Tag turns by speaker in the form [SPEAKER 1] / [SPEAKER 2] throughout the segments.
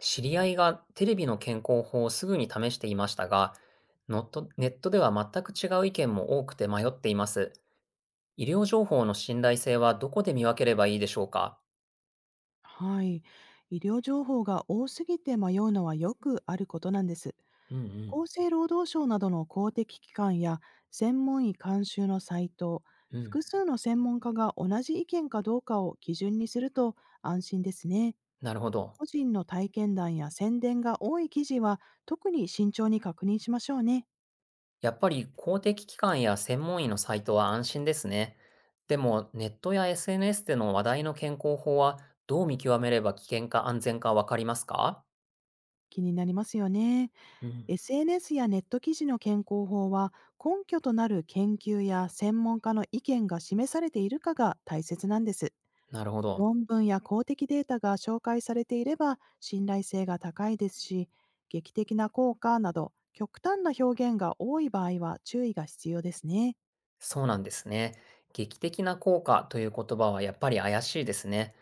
[SPEAKER 1] 知り合いがテレビの健康法をすぐに試していましたが、ノットネットでは全く違う意見も多くて迷っています。医療情報の信頼性はどこで見分ければいいでしょうか？
[SPEAKER 2] はい。医療情報が多すぎて迷うのはよくあることなんです。
[SPEAKER 1] うんうん。
[SPEAKER 2] 厚生労働省などの公的機関や専門医監修のサイト、
[SPEAKER 1] うん。
[SPEAKER 2] 複数の専門家が同じ意見かどうかを基準にすると安心ですね。
[SPEAKER 1] なるほど。
[SPEAKER 2] 個人の体験談や宣伝が多い記事は特に慎重に確認しましょうね。
[SPEAKER 1] やっぱり公的機関や専門医のサイトは安心ですね。でもネットや SNS での話題の健康法はどう見極めれば危険か安全かわかりますか？
[SPEAKER 2] 気になりますよね。
[SPEAKER 1] うん。
[SPEAKER 2] SNS やネット記事の健康法は、根拠となる研究や専門家の意見が示されているかが大切なんです。
[SPEAKER 1] なるほど。
[SPEAKER 2] 論文や公的データが紹介されていれば信頼性が高いですし、劇的な効果など極端な表現が多い場合は注意が必要ですね。
[SPEAKER 1] そうなんですね。劇的な効果という言葉はやっぱり怪しいですね。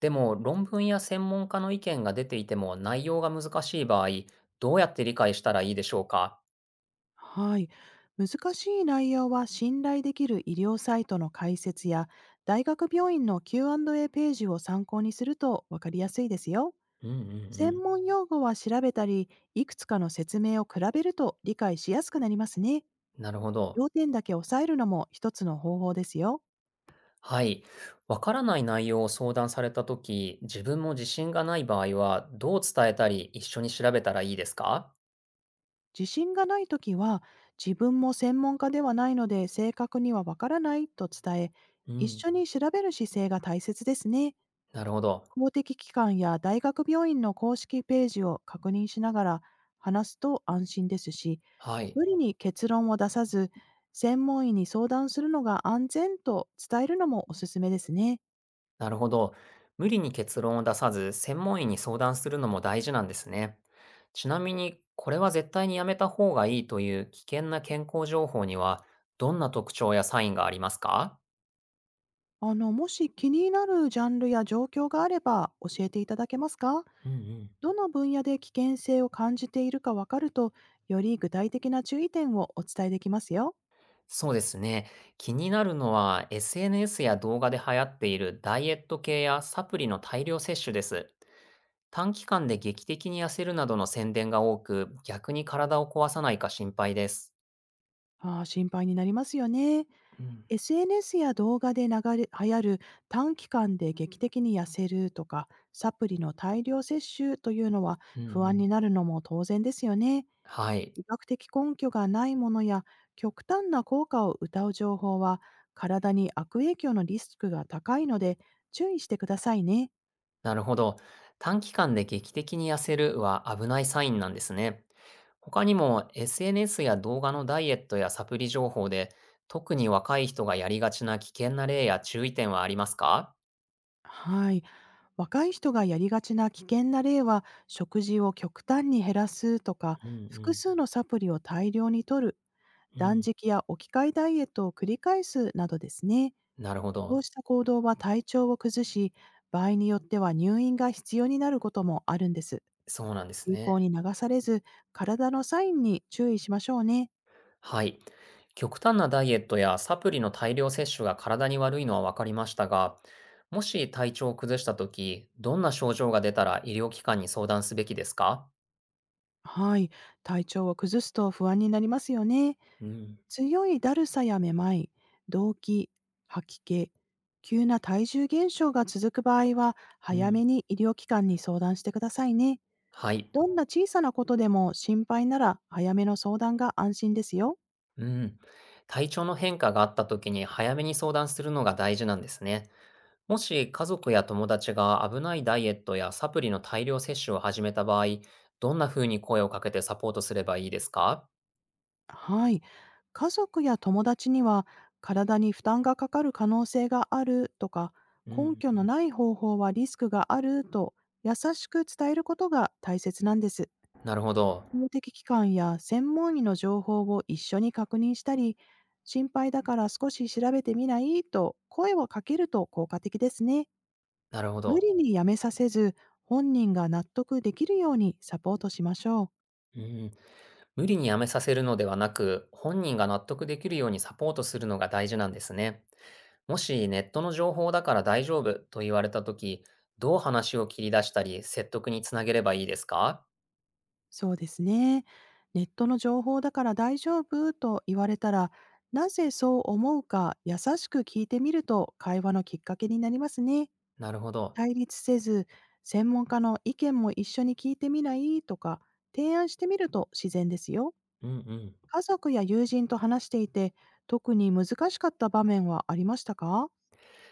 [SPEAKER 1] でも論文や専門家の意見が出ていても内容が難しい場合、どうやって理解したらいいでしょうか？
[SPEAKER 2] はい。難しい内容は、信頼できる医療サイトの解説や大学病院の Q&A ページを参考にすると分かりやすいですよ。
[SPEAKER 1] うんうんう
[SPEAKER 2] 専
[SPEAKER 1] ん。
[SPEAKER 2] 門用語は調べたり、いくつかの説明を比べると理解しやすくなりますね。
[SPEAKER 1] なるほど。
[SPEAKER 2] 要点だけ押さえるのも一つの方法ですよ。
[SPEAKER 1] はい。わからない内容を相談されたとき、自分も自信がない場合は、どう伝えたり一緒に調べたらいいですか？
[SPEAKER 2] 自信がないときは、自分も専門家ではないので正確にはわからないと伝え、
[SPEAKER 1] う
[SPEAKER 2] 一
[SPEAKER 1] ん。
[SPEAKER 2] 緒に調べる姿勢が大切ですね。
[SPEAKER 1] なるほど。
[SPEAKER 2] 公的機関や大学病院の公式ページを確認しながら話すと安心ですし、
[SPEAKER 1] はい。
[SPEAKER 2] 無理に結論を出さず、専門医に相談するのが安全と伝えるのもおすすめですね。
[SPEAKER 1] なるほど。無理に結論を出さず、専門医に相談するのも大事なんですね。ちなみに、これは絶対にやめた方がいいという危険な健康情報には、どんな特徴やサインがありますか？
[SPEAKER 2] もし気になるジャンルや状況があれば教えていただけますか？
[SPEAKER 1] うんうん。
[SPEAKER 2] どの分野で危険性を感じているかわかると、より具体的な注意点をお伝えできますよ。
[SPEAKER 1] そうですね。気になるのは、SNS や動画で流行っているダイエット系やサプリの大量摂取です。短期間で劇的に痩せるなどの宣伝が多く、逆に体を壊さないか心配です。
[SPEAKER 2] ああ、心配になりますよね。
[SPEAKER 1] うん
[SPEAKER 2] SNS や動画で流れ流行る短期間で劇的に痩せるとか、サプリの大量摂取というのは
[SPEAKER 1] うん
[SPEAKER 2] 不
[SPEAKER 1] う
[SPEAKER 2] 安
[SPEAKER 1] ん。
[SPEAKER 2] になるのも当然ですよね。
[SPEAKER 1] はい。
[SPEAKER 2] 医学的根拠がないものや極端な効果を謳う情報は、体に悪影響のリスクが高いので注意してくださいね。
[SPEAKER 1] なるほど。短期間で劇的に痩せるは危ないサインなんですね。他にも SNS や動画のダイエットやサプリ情報で特に若い人がやりがちな危険な例や注意点はありますか？
[SPEAKER 2] はい。若い人がやりがちな危険な例は、食事を極端に減らすとか、
[SPEAKER 1] うんう
[SPEAKER 2] 複
[SPEAKER 1] ん
[SPEAKER 2] 数のサプリを大量に摂る、
[SPEAKER 1] う
[SPEAKER 2] 断
[SPEAKER 1] ん。
[SPEAKER 2] 食や置き換えダイエットを繰り返すなどですね。
[SPEAKER 1] なるほ
[SPEAKER 2] こう
[SPEAKER 1] ど。
[SPEAKER 2] した行動は体調を崩し、場合によっては入院が必要になることもあるんです。
[SPEAKER 1] そうなんです
[SPEAKER 2] 流行
[SPEAKER 1] ね。
[SPEAKER 2] に流されず、体のサインに注意しましょうね。
[SPEAKER 1] はい。極端なダイエットやサプリの大量摂取が体に悪いのは分かりましたが、もし体調を崩したとき、どんな症状が出たら医療機関に相談すべきですか？
[SPEAKER 2] はい、体調を崩すと不安になりますよね。
[SPEAKER 1] うん
[SPEAKER 2] 強いだるさやめまい、動悸、吐き気、急な体重減少が続く場合は、
[SPEAKER 1] う
[SPEAKER 2] 早
[SPEAKER 1] ん。
[SPEAKER 2] めに医療機関に相談してくださいね。
[SPEAKER 1] はい。
[SPEAKER 2] どんな小さなことでも心配なら、早めの相談が安心ですよ。
[SPEAKER 1] うん。体調の変化があった時に早めに相談するのが大事なんですね。もし家族や友達が危ないダイエットやサプリの大量摂取を始めた場合、どんな風に声をかけてサポートすればいいですか？
[SPEAKER 2] はい。家族や友達には、体に負担がかかる可能性があるとか、
[SPEAKER 1] う
[SPEAKER 2] 根
[SPEAKER 1] ん。
[SPEAKER 2] 拠のない方法はリスクがあると優しく伝えることが大切なんです。
[SPEAKER 1] なるほど。
[SPEAKER 2] 公的機関や専門医の情報を一緒に確認したり、心配だから少し調べてみないと声をかけると効果的ですね。
[SPEAKER 1] なるほ
[SPEAKER 2] 無
[SPEAKER 1] ど。
[SPEAKER 2] 理にやめさせず、本人が納得できるようにサポートしましょう。
[SPEAKER 1] うん。無理にやめさせるのではなく、本人が納得できるようにサポートするのが大事なんですね。もしネットの情報だから大丈夫と言われた時、どう話を切り出したり説得につなげればいいですか？
[SPEAKER 2] そうですね。ネットの情報だから大丈夫と言われたら、なぜそう思うか優しく聞いてみると会話のきっかけになりますね。
[SPEAKER 1] なるほど。
[SPEAKER 2] 対立せず、専門家の意見も一緒に聞いてみないとか、提案してみると自然ですよ。
[SPEAKER 1] うんうん。
[SPEAKER 2] 家族や友人と話していて、特に難しかった場面はありましたか？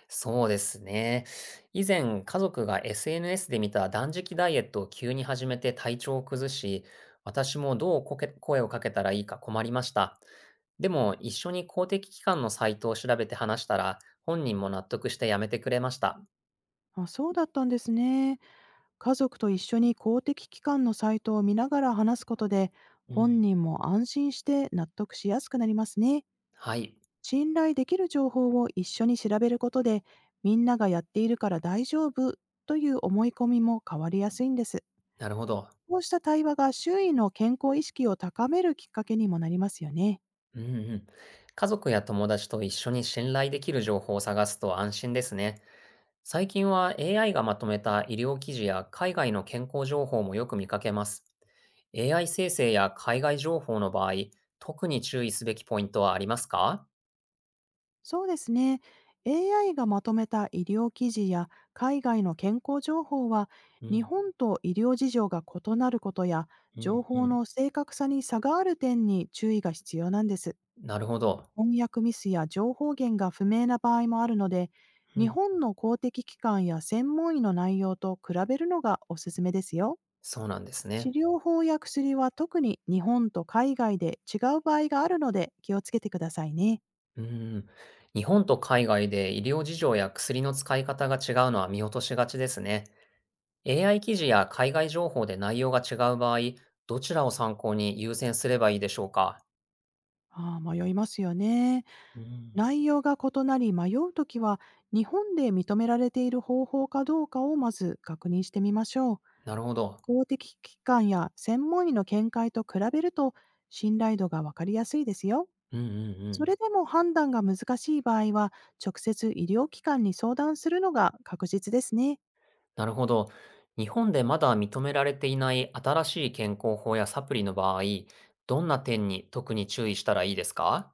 [SPEAKER 1] そうですね。以前、家族が SNS で見た断食ダイエットを急に始めて体調を崩し、私もどうこけ声をかけたらいいか困りました。でも、一緒に公的機関のサイトを調べて話したら、本人も納得してやめてくれました。
[SPEAKER 2] あ、そうだったんですね。家族と一緒に公的機関のサイトを見ながら話すことで、
[SPEAKER 1] う
[SPEAKER 2] 本
[SPEAKER 1] ん。
[SPEAKER 2] 人も安心して納得しやすくなりますね。
[SPEAKER 1] はい。
[SPEAKER 2] 信頼できる情報を一緒に調べることで、みんながやっているから大丈夫という思い込みも変わりやすいんです。
[SPEAKER 1] なるほど。
[SPEAKER 2] こうした対話が周囲の健康意識を高めるきっかけにもなりますよね。
[SPEAKER 1] うんうん。家族や友達と一緒に信頼できる情報を探すと安心ですね。最近は AI がまとめた医療記事や海外の健康情報もよく見かけます。AI 生成や海外情報の場合、特に注意すべきポイントはありますか？
[SPEAKER 2] そうですね。AI がまとめた医療記事や海外の健康情報は、
[SPEAKER 1] う
[SPEAKER 2] 日
[SPEAKER 1] ん、
[SPEAKER 2] 本と医療事情が異なることや、
[SPEAKER 1] う
[SPEAKER 2] 情
[SPEAKER 1] ん、う
[SPEAKER 2] 報
[SPEAKER 1] ん。
[SPEAKER 2] の正確さに差がある点に注意が必要なんです。
[SPEAKER 1] なるほど。
[SPEAKER 2] 翻訳ミスや情報源が不明な場合もあるので、
[SPEAKER 1] う
[SPEAKER 2] 日
[SPEAKER 1] ん、
[SPEAKER 2] 本の公的機関や専門医の内容と比べるのがおすすめですよ。
[SPEAKER 1] そうなんです
[SPEAKER 2] 治
[SPEAKER 1] ね。
[SPEAKER 2] 療法や薬は特に日本と海外で違う場合があるので気をつけてくださいね。
[SPEAKER 1] うん。日本と海外で医療事情や薬の使い方が違うのは見落としがちですね。AI 記事や海外情報で内容が違う場合、どちらを参考に優先すればいいでしょうか？
[SPEAKER 2] ああ、迷いますよね。
[SPEAKER 1] うん、
[SPEAKER 2] 内容が異なり迷うときは、日本で認められている方法かどうかをまず確認してみましょう。
[SPEAKER 1] なるほど。
[SPEAKER 2] 公的機関や専門医の見解と比べると信頼度がわかりやすいですよ。
[SPEAKER 1] うんうんう
[SPEAKER 2] そ
[SPEAKER 1] ん。
[SPEAKER 2] れでも判断が難しい場合は、直接医療機関に相談するのが確実ですね。
[SPEAKER 1] なるほど。日本でまだ認められていない新しい健康法やサプリの場合、どんな点に特に注意したらいいですか？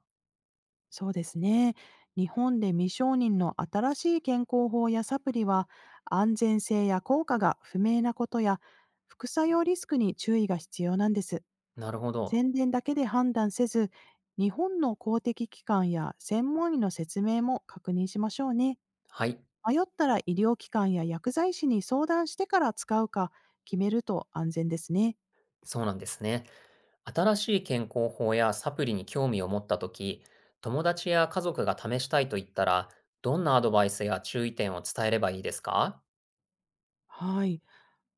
[SPEAKER 2] そうですね。日本で未承認の新しい健康法やサプリは、安全性や効果が不明なことや、副作用リスクに注意が必要なんです。
[SPEAKER 1] なるほど。
[SPEAKER 2] 宣伝だけで判断せず、日本の公的機関や専門医の説明も確認しましょうね。
[SPEAKER 1] はい、
[SPEAKER 2] 迷ったら医療機関や薬剤師に相談してから使うか決めると安全ですね。
[SPEAKER 1] そうなんですね。新しい健康法やサプリに興味を持ったとき、友達や家族が試したいと言ったら、どんなアドバイスや注意点を伝えればいいですか？
[SPEAKER 2] はい。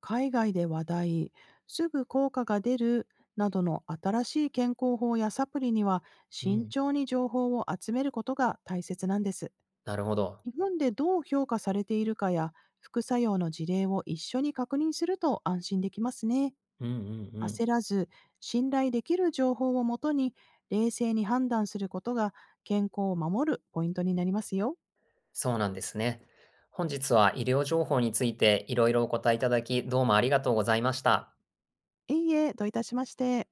[SPEAKER 2] 海外で話題、すぐ効果が出るなどの新しい健康法やサプリには、
[SPEAKER 1] う
[SPEAKER 2] 慎
[SPEAKER 1] ん、
[SPEAKER 2] 重に情報を集めることが大切なんです。
[SPEAKER 1] なるほど。
[SPEAKER 2] 日本でどう評価されているかや副作用の事例を一緒に確認すると安心できますね。
[SPEAKER 1] うんうんうん。
[SPEAKER 2] 焦らず、信頼できる情報をもとに冷静に判断することが健康を守るポイントになりますよ。
[SPEAKER 1] そうなんですね。本日は医療情報についていろいろお答えいただき、どうもありがとうございました。
[SPEAKER 2] いいえ、どういたしまして。